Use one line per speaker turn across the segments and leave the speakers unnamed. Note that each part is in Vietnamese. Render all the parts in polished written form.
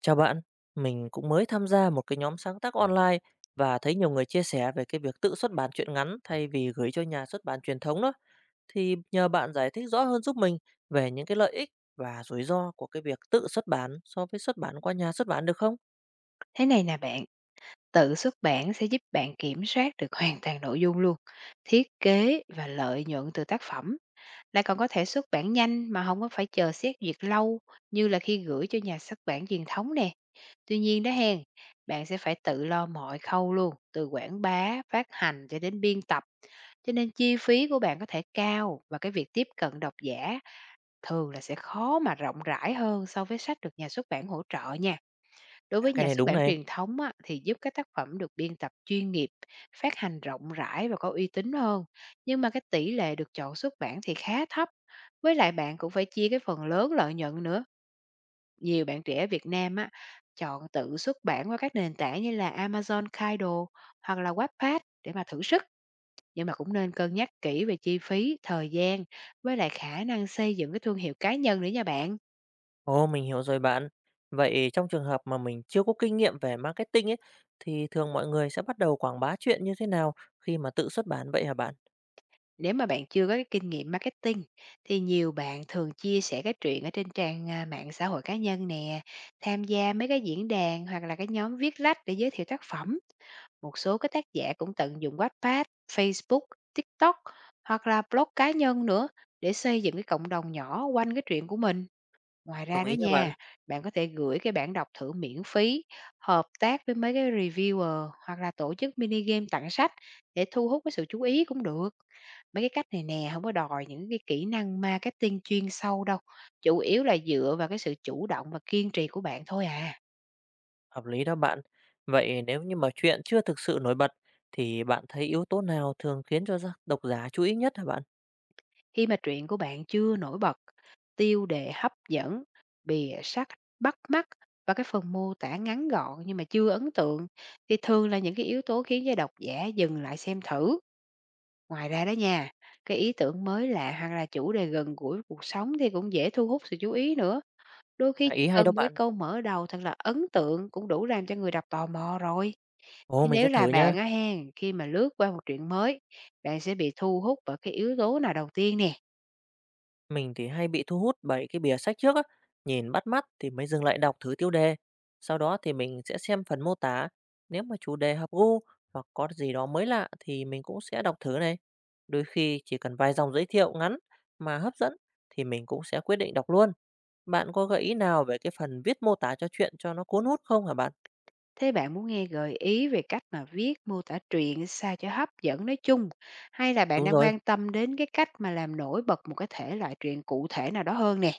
Chào bạn, mình cũng mới tham gia một cái nhóm sáng tác online và thấy nhiều người chia sẻ về cái việc tự xuất bản truyện ngắn thay vì gửi cho nhà xuất bản truyền thống đó. Thì nhờ bạn giải thích rõ hơn giúp mình về những cái lợi ích và rủi ro của cái việc tự xuất bản so với xuất bản qua nhà xuất bản được không?
Thế này nè bạn, tự xuất bản sẽ giúp bạn kiểm soát được hoàn toàn nội dung luôn, thiết kế và lợi nhuận từ tác phẩm. Lại còn có thể xuất bản nhanh mà không có phải chờ xét duyệt lâu như là khi gửi cho nhà xuất bản truyền thống nè. Tuy nhiên đó hen, bạn sẽ phải tự lo mọi khâu luôn, từ quảng bá, phát hành cho đến biên tập. Cho nên chi phí của bạn có thể cao và cái việc tiếp cận độc giả thường là sẽ khó mà rộng rãi hơn so với sách được nhà xuất bản hỗ trợ nha. Đối
À,
với
cái
nhà
này
xuất
đúng
bản
này.
truyền thống á, thì giúp các tác phẩm được biên tập chuyên nghiệp, phát hành rộng rãi và có uy tín hơn, nhưng mà cái tỷ lệ được chọn xuất bản thì khá thấp. Với lại bạn cũng phải chia cái phần lớn lợi nhuận nữa. Nhiều bạn trẻ Việt Nam á, chọn tự xuất bản qua các nền tảng như là Amazon Kindle hoặc là Wattpad để mà thử sức. Nhưng mà cũng nên cân nhắc kỹ về chi phí, thời gian với lại khả năng xây dựng cái thương hiệu cá nhân nữa nha bạn.
Ồ, mình hiểu rồi bạn. Vậy trong trường hợp mà mình chưa có kinh nghiệm về marketing ấy, thì thường mọi người sẽ bắt đầu quảng bá chuyện như thế nào khi mà tự xuất bản vậy hả bạn?
Nếu mà bạn chưa có cái kinh nghiệm marketing thì nhiều bạn thường chia sẻ cái chuyện ở trên trang à, mạng xã hội cá nhân nè, tham gia mấy cái diễn đàn hoặc là cái nhóm viết lách để giới thiệu tác phẩm. Một số cái tác giả cũng tận dụng Wattpad, Facebook, TikTok hoặc là blog cá nhân nữa để xây dựng cái cộng đồng nhỏ quanh cái chuyện của mình. Ngoài ra
Đồng
đó
ý nha bạn.
nha, bạn có thể gửi cái bản đọc thử miễn phí, hợp tác với mấy cái reviewer hoặc là tổ chức mini game tặng sách để thu hút cái sự chú ý cũng được. Mấy cái cách này nè không có đòi những cái kỹ năng marketing chuyên sâu đâu, chủ yếu là dựa vào cái sự chủ động và kiên trì của bạn thôi à.
Hợp lý đó bạn. Vậy nếu như mà chuyện chưa thực sự nổi bật thì bạn thấy yếu tố nào thường khiến cho độc giả chú ý nhất hả bạn?
Khi mà truyện của bạn chưa nổi bật, tiêu đề hấp dẫn, bìa sách bắt mắt và cái phần mô tả ngắn gọn nhưng mà chưa ấn tượng thì thường là những cái yếu tố khiến cho độc giả dừng lại xem thử. Ngoài ra đó nha, cái ý tưởng mới lạ hoặc là chủ đề gần gũi với cuộc sống thì cũng dễ thu hút sự chú ý nữa. Đôi khi
À,
chỉ
ý hay
cần
đó
một cái
bạn.
câu mở đầu thật là ấn tượng cũng đủ làm cho người đọc tò mò rồi.
Ồ,
Thế
mình sẽ
nếu là
thử nhá.
bạn á hen, khi mà lướt qua một truyện mới, bạn sẽ bị thu hút bởi cái yếu tố nào đầu tiên nè?
Mình thì hay bị thu hút bởi cái bìa sách trước á, nhìn bắt mắt thì mới dừng lại đọc thử tiêu đề. Sau đó thì mình sẽ xem phần mô tả. Nếu mà chủ đề hợp gu hoặc có gì đó mới lạ thì mình cũng sẽ đọc thử này. Đôi khi chỉ cần vài dòng giới thiệu ngắn mà hấp dẫn thì mình cũng sẽ quyết định đọc luôn. Bạn có gợi ý nào về cái phần viết mô tả cho chuyện cho nó cuốn hút không hả bạn?
Thế bạn muốn nghe gợi ý về cách mà viết mô tả truyện sao cho hấp dẫn nói chung, hay là bạn
Đúng
đang
rồi,
quan tâm đến cái cách mà làm nổi bật một cái thể loại truyện cụ thể nào đó hơn nè?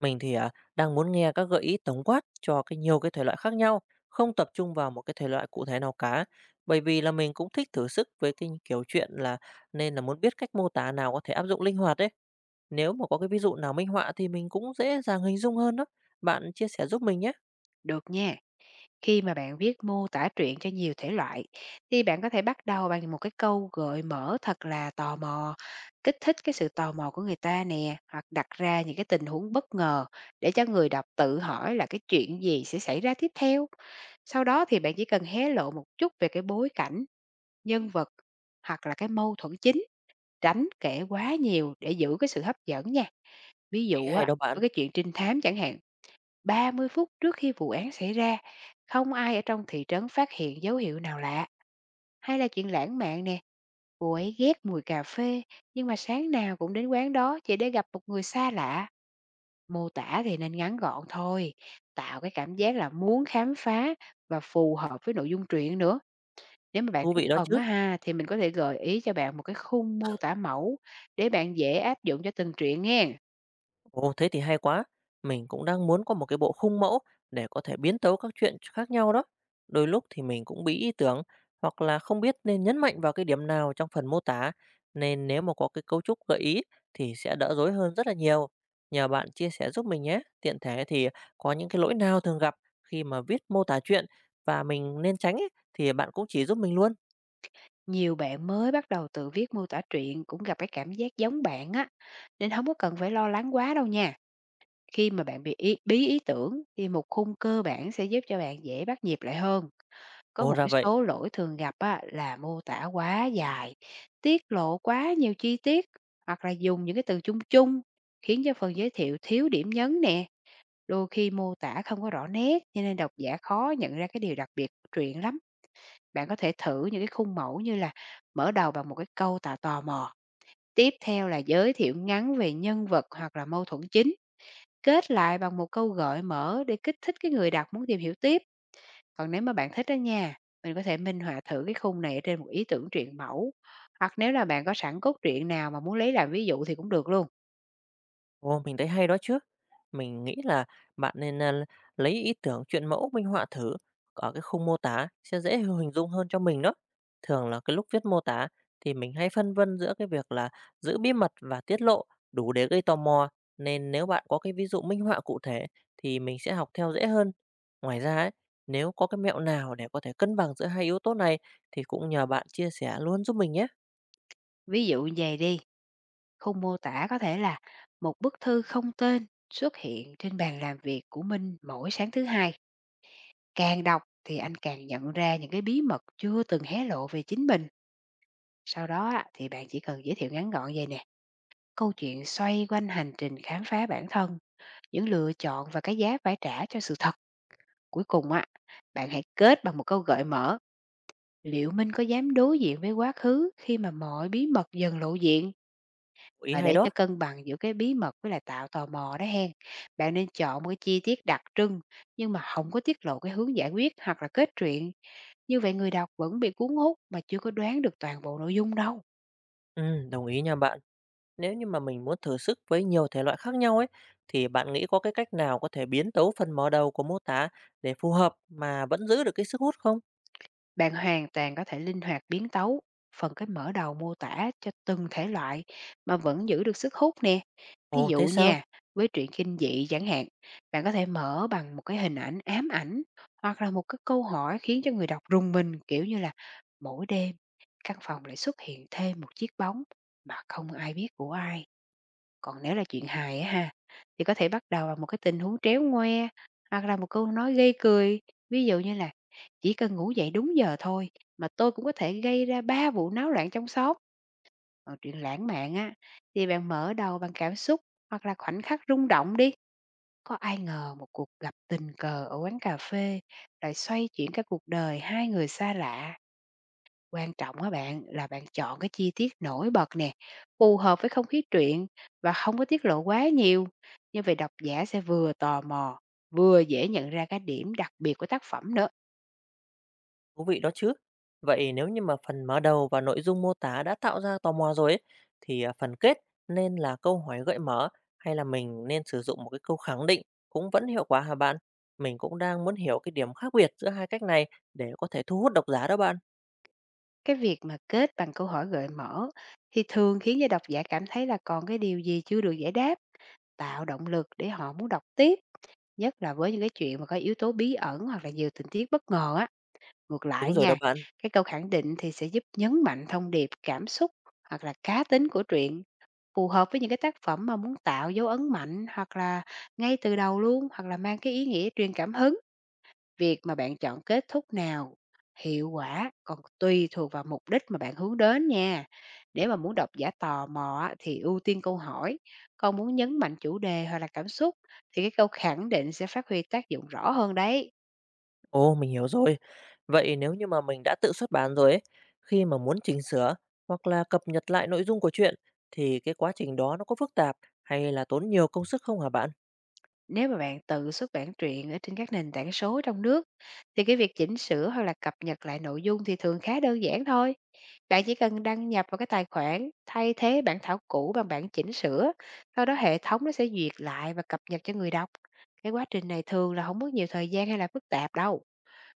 mình thì đang muốn nghe các gợi ý tổng quát cho cái nhiều cái thể loại khác nhau, không tập trung vào một cái thể loại cụ thể nào cả. Bởi vì là mình cũng thích thử sức với cái kiểu chuyện là nên là muốn biết cách mô tả nào có thể áp dụng linh hoạt đấy. Nếu mà có cái ví dụ nào minh họa thì mình cũng dễ dàng hình dung hơn đó. Bạn chia sẻ giúp mình nhé.
Được nha. Khi mà bạn viết mô tả truyện cho nhiều thể loại thì bạn có thể bắt đầu bằng một cái câu gợi mở thật là tò mò, kích thích cái sự tò mò của người ta nè, hoặc đặt ra những cái tình huống bất ngờ để cho người đọc tự hỏi là cái chuyện gì sẽ xảy ra tiếp theo. Sau đó thì bạn chỉ cần hé lộ một chút về cái bối cảnh, nhân vật hoặc là cái mâu thuẫn chính, tránh kể quá nhiều để giữ cái sự hấp dẫn nha. Ví
Ý
dụ
hay
á,
đó bạn,
với cái chuyện trinh thám chẳng hạn, 30 phút trước khi vụ án xảy ra, không ai ở trong thị trấn phát hiện dấu hiệu nào lạ, hay là chuyện lãng mạn nè. Cô ấy ghét mùi cà phê, nhưng mà sáng nào cũng đến quán đó chỉ để gặp một người xa lạ. Mô tả thì nên ngắn gọn thôi, tạo cái cảm giác là muốn khám phá và phù hợp với nội dung truyện nữa. Nếu mà bạn
thú
thấy
vị đó
cần
chứ.
á ha, thì mình có thể gợi ý cho bạn một cái khung mô tả mẫu để bạn dễ áp dụng cho từng truyện nghe.
Ồ, thế thì hay quá. Mình cũng đang muốn có một cái bộ khung mẫu để có thể biến tấu các chuyện khác nhau đó. Đôi lúc thì mình cũng bị ý tưởng hoặc là không biết nên nhấn mạnh vào cái điểm nào trong phần mô tả. Nên nếu mà có cái cấu trúc gợi ý thì sẽ đỡ rối hơn rất là nhiều. Nhờ bạn chia sẻ giúp mình nhé. Tiện thể thì có những cái lỗi nào thường gặp khi mà viết mô tả chuyện và mình nên tránh ấy, thì bạn cũng chỉ giúp mình luôn.
Nhiều bạn mới bắt đầu tự viết mô tả truyện cũng gặp cái cảm giác giống bạn á, nên không có cần phải lo lắng quá đâu nha. Khi mà bí ý tưởng thì một khung cơ bản sẽ giúp cho bạn dễ bắt nhịp lại hơn. Có
Ồ,
một
ra
cái
vậy.
số lỗi thường gặp á, là mô tả quá dài, tiết lộ quá nhiều chi tiết hoặc là dùng những cái từ chung chung khiến cho phần giới thiệu thiếu điểm nhấn nè. Đôi khi mô tả không có rõ nét cho nên độc giả khó nhận ra cái điều đặc biệt của truyện lắm. Bạn có thể thử những cái khung mẫu như là mở đầu bằng một cái câu tạo tò mò, tiếp theo là giới thiệu ngắn về nhân vật hoặc là mâu thuẫn chính, kết lại bằng một câu gợi mở để kích thích cái người đọc muốn tìm hiểu tiếp. Còn nếu mà bạn thích đó nha, mình có thể minh họa thử cái khung này ở trên một ý tưởng truyện mẫu. Hoặc nếu là bạn có sẵn cốt truyện nào mà muốn lấy làm ví dụ thì cũng được luôn.
Ồ, mình thấy hay đó chứ. Mình nghĩ là bạn nên, lấy ý tưởng chuyện mẫu minh họa thử ở cái khung mô tả sẽ dễ hình dung hơn cho mình đó. Thường là cái lúc viết mô tả thì mình hay phân vân giữa cái việc là giữ bí mật và tiết lộ đủ để gây tò mò, nên nếu bạn có cái ví dụ minh họa cụ thể thì mình sẽ học theo dễ hơn. Ngoài ra ấy, nếu có cái mẹo nào để có thể cân bằng giữa hai yếu tố này thì cũng nhờ bạn chia sẻ luôn giúp mình nhé.
Ví dụ như vậy đi, khung mô tả có thể là một bức thư không tên xuất hiện trên bàn làm việc của Minh mỗi sáng thứ hai. Càng đọc thì anh càng nhận ra những cái bí mật chưa từng hé lộ về chính mình. Sau đó á, thì bạn chỉ cần giới thiệu ngắn gọn vậy nè. Câu chuyện xoay quanh hành trình khám phá bản thân, những lựa chọn và cái giá phải trả cho sự thật. Cuối cùng á, bạn hãy kết bằng một câu gợi mở. Liệu Minh có dám đối diện với quá khứ khi mà mọi bí mật dần lộ diện?
Ý
Và
hay
để
đó.
cho cân bằng giữa cái bí mật với lại tạo tò mò đó hen. Bạn nên chọn một cái chi tiết đặc trưng nhưng mà không có tiết lộ cái hướng giải quyết hoặc là kết truyện. Như vậy người đọc vẫn bị cuốn hút mà chưa có đoán được toàn bộ nội dung đâu.
Đồng ý nha bạn. Nếu như mà mình muốn thử sức với nhiều thể loại khác nhau ấy, thì bạn nghĩ có cái cách nào có thể biến tấu phần mở đầu của mô tả để phù hợp mà vẫn giữ được cái sức hút không?
Bạn hoàn toàn có thể linh hoạt biến tấu, phần cái mở đầu mô tả cho từng thể loại mà vẫn giữ được sức hút nè. Ví
Ồ,
dụ
thế sao?
nha, với truyện kinh dị chẳng hạn, bạn có thể mở bằng một cái hình ảnh ám ảnh hoặc là một cái câu hỏi khiến cho người đọc rùng mình, kiểu như là mỗi đêm, căn phòng lại xuất hiện thêm một chiếc bóng mà không ai biết của ai. Còn nếu là chuyện hài á ha, thì có thể bắt đầu bằng một cái tình huống tréo ngoe, hoặc là một câu nói gây cười, ví dụ như là "Chỉ cần ngủ dậy đúng giờ thôi mà tôi cũng có thể gây ra 3 vụ náo loạn trong xóm." Còn chuyện lãng mạn á, thì bạn mở đầu bằng cảm xúc hoặc là khoảnh khắc rung động đi, có ai ngờ một cuộc gặp tình cờ ở quán cà phê lại xoay chuyển cả cuộc đời hai người xa lạ. Quan trọng á bạn, là bạn chọn cái chi tiết nổi bật nè, phù hợp với không khí truyện và không có tiết lộ quá nhiều. Như vậy độc giả sẽ vừa tò mò, vừa dễ nhận ra cái điểm đặc biệt của tác phẩm nữa.
Thú vị đó chứ. Vậy nếu như mà phần mở đầu và nội dung mô tả đã tạo ra tò mò rồi ấy, thì phần kết nên là câu hỏi gợi mở hay là mình nên sử dụng một cái câu khẳng định cũng vẫn hiệu quả hả bạn? Mình cũng đang muốn hiểu cái điểm khác biệt giữa hai cách này để có thể thu hút độc giả đó bạn.
Cái việc mà kết bằng câu hỏi gợi mở thì thường khiến cho độc giả cảm thấy là còn cái điều gì chưa được giải đáp, tạo động lực để họ muốn đọc tiếp, nhất là với những cái chuyện mà có yếu tố bí ẩn hoặc là nhiều tình tiết bất ngờ á. Ngược
Đúng
lại
rồi đó
nha,
bạn.
cái câu khẳng định thì sẽ giúp nhấn mạnh thông điệp, cảm xúc hoặc là cá tính của truyện. Phù hợp với những cái tác phẩm mà muốn tạo dấu ấn mạnh hoặc là ngay từ đầu luôn, hoặc là mang cái ý nghĩa truyền cảm hứng. Việc mà bạn chọn kết thúc nào hiệu quả còn tùy thuộc vào mục đích mà bạn hướng đến nha. Nếu mà muốn độc giả tò mò á, thì ưu tiên câu hỏi, còn muốn nhấn mạnh chủ đề hoặc là cảm xúc thì cái câu khẳng định sẽ phát huy tác dụng rõ hơn đấy.
Ồ, mình hiểu rồi. Vậy nếu như mà mình đã tự xuất bản rồi ấy, khi mà muốn chỉnh sửa hoặc là cập nhật lại nội dung của truyện thì cái quá trình đó nó có phức tạp hay là tốn nhiều công sức không hả bạn?
Nếu mà bạn tự xuất bản truyện ở trên các nền tảng số trong nước thì cái việc chỉnh sửa hoặc là cập nhật lại nội dung thì thường khá đơn giản thôi. Bạn chỉ cần đăng nhập vào cái tài khoản, thay thế bản thảo cũ bằng bản chỉnh sửa, sau đó hệ thống nó sẽ duyệt lại và cập nhật cho người đọc. Cái quá trình này thường là không mất nhiều thời gian hay là phức tạp đâu.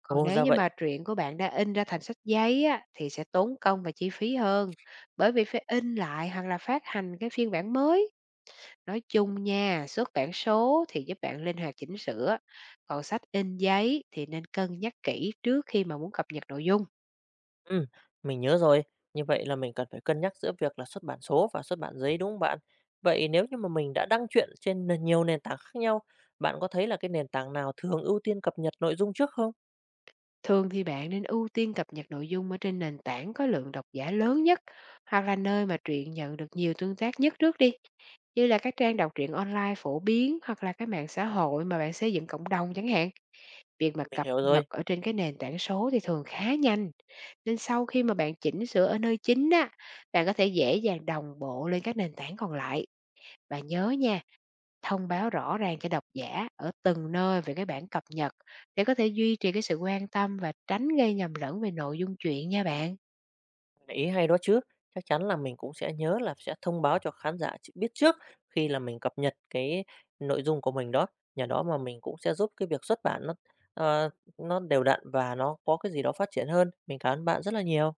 Còn
Ồ,
nếu
ra
như
vậy.
mà truyện của bạn đã in ra thành sách giấy á, thì sẽ tốn công và chi phí hơn, bởi vì phải in lại hoặc là phát hành cái phiên bản mới. Nói chung nha, xuất bản số thì giúp bạn linh hoạt chỉnh sửa, còn sách in giấy thì nên cân nhắc kỹ trước khi mà muốn cập nhật nội dung.
Ừ, mình nhớ rồi. Như vậy là mình cần phải cân nhắc giữa việc là xuất bản số và xuất bản giấy đúng không bạn? Vậy nếu như mà mình đã đăng truyện trên nhiều nền tảng khác nhau, bạn có thấy là cái nền tảng nào thường ưu tiên cập nhật nội dung trước không?
Thường thì bạn nên ưu tiên cập nhật nội dung ở trên nền tảng có lượng độc giả lớn nhất hoặc là nơi mà truyện nhận được nhiều tương tác nhất trước đi, như là các trang đọc truyện online phổ biến hoặc là các mạng xã hội mà bạn xây dựng cộng đồng chẳng hạn. Việc mà
Mình
cập
hiểu
nhật
rồi.
ở trên cái nền tảng số thì thường khá nhanh, nên sau khi mà bạn chỉnh sửa ở nơi chính á, bạn có thể dễ dàng đồng bộ lên các nền tảng còn lại. Và nhớ nha, thông báo rõ ràng cho độc giả ở từng nơi về cái bản cập nhật để có thể duy trì cái sự quan tâm và tránh gây nhầm lẫn về nội dung truyện nha bạn.
Ý hay đó chứ, chắc chắn là mình cũng sẽ nhớ là sẽ thông báo cho khán giả ch biết trước khi là mình cập nhật cái nội dung của mình đó, nhờ đó mà mình cũng sẽ giúp cái việc xuất bản nó, ờ, nó đều đặn và nó có cái gì đó phát triển hơn. Mình cảm ơn bạn rất là nhiều.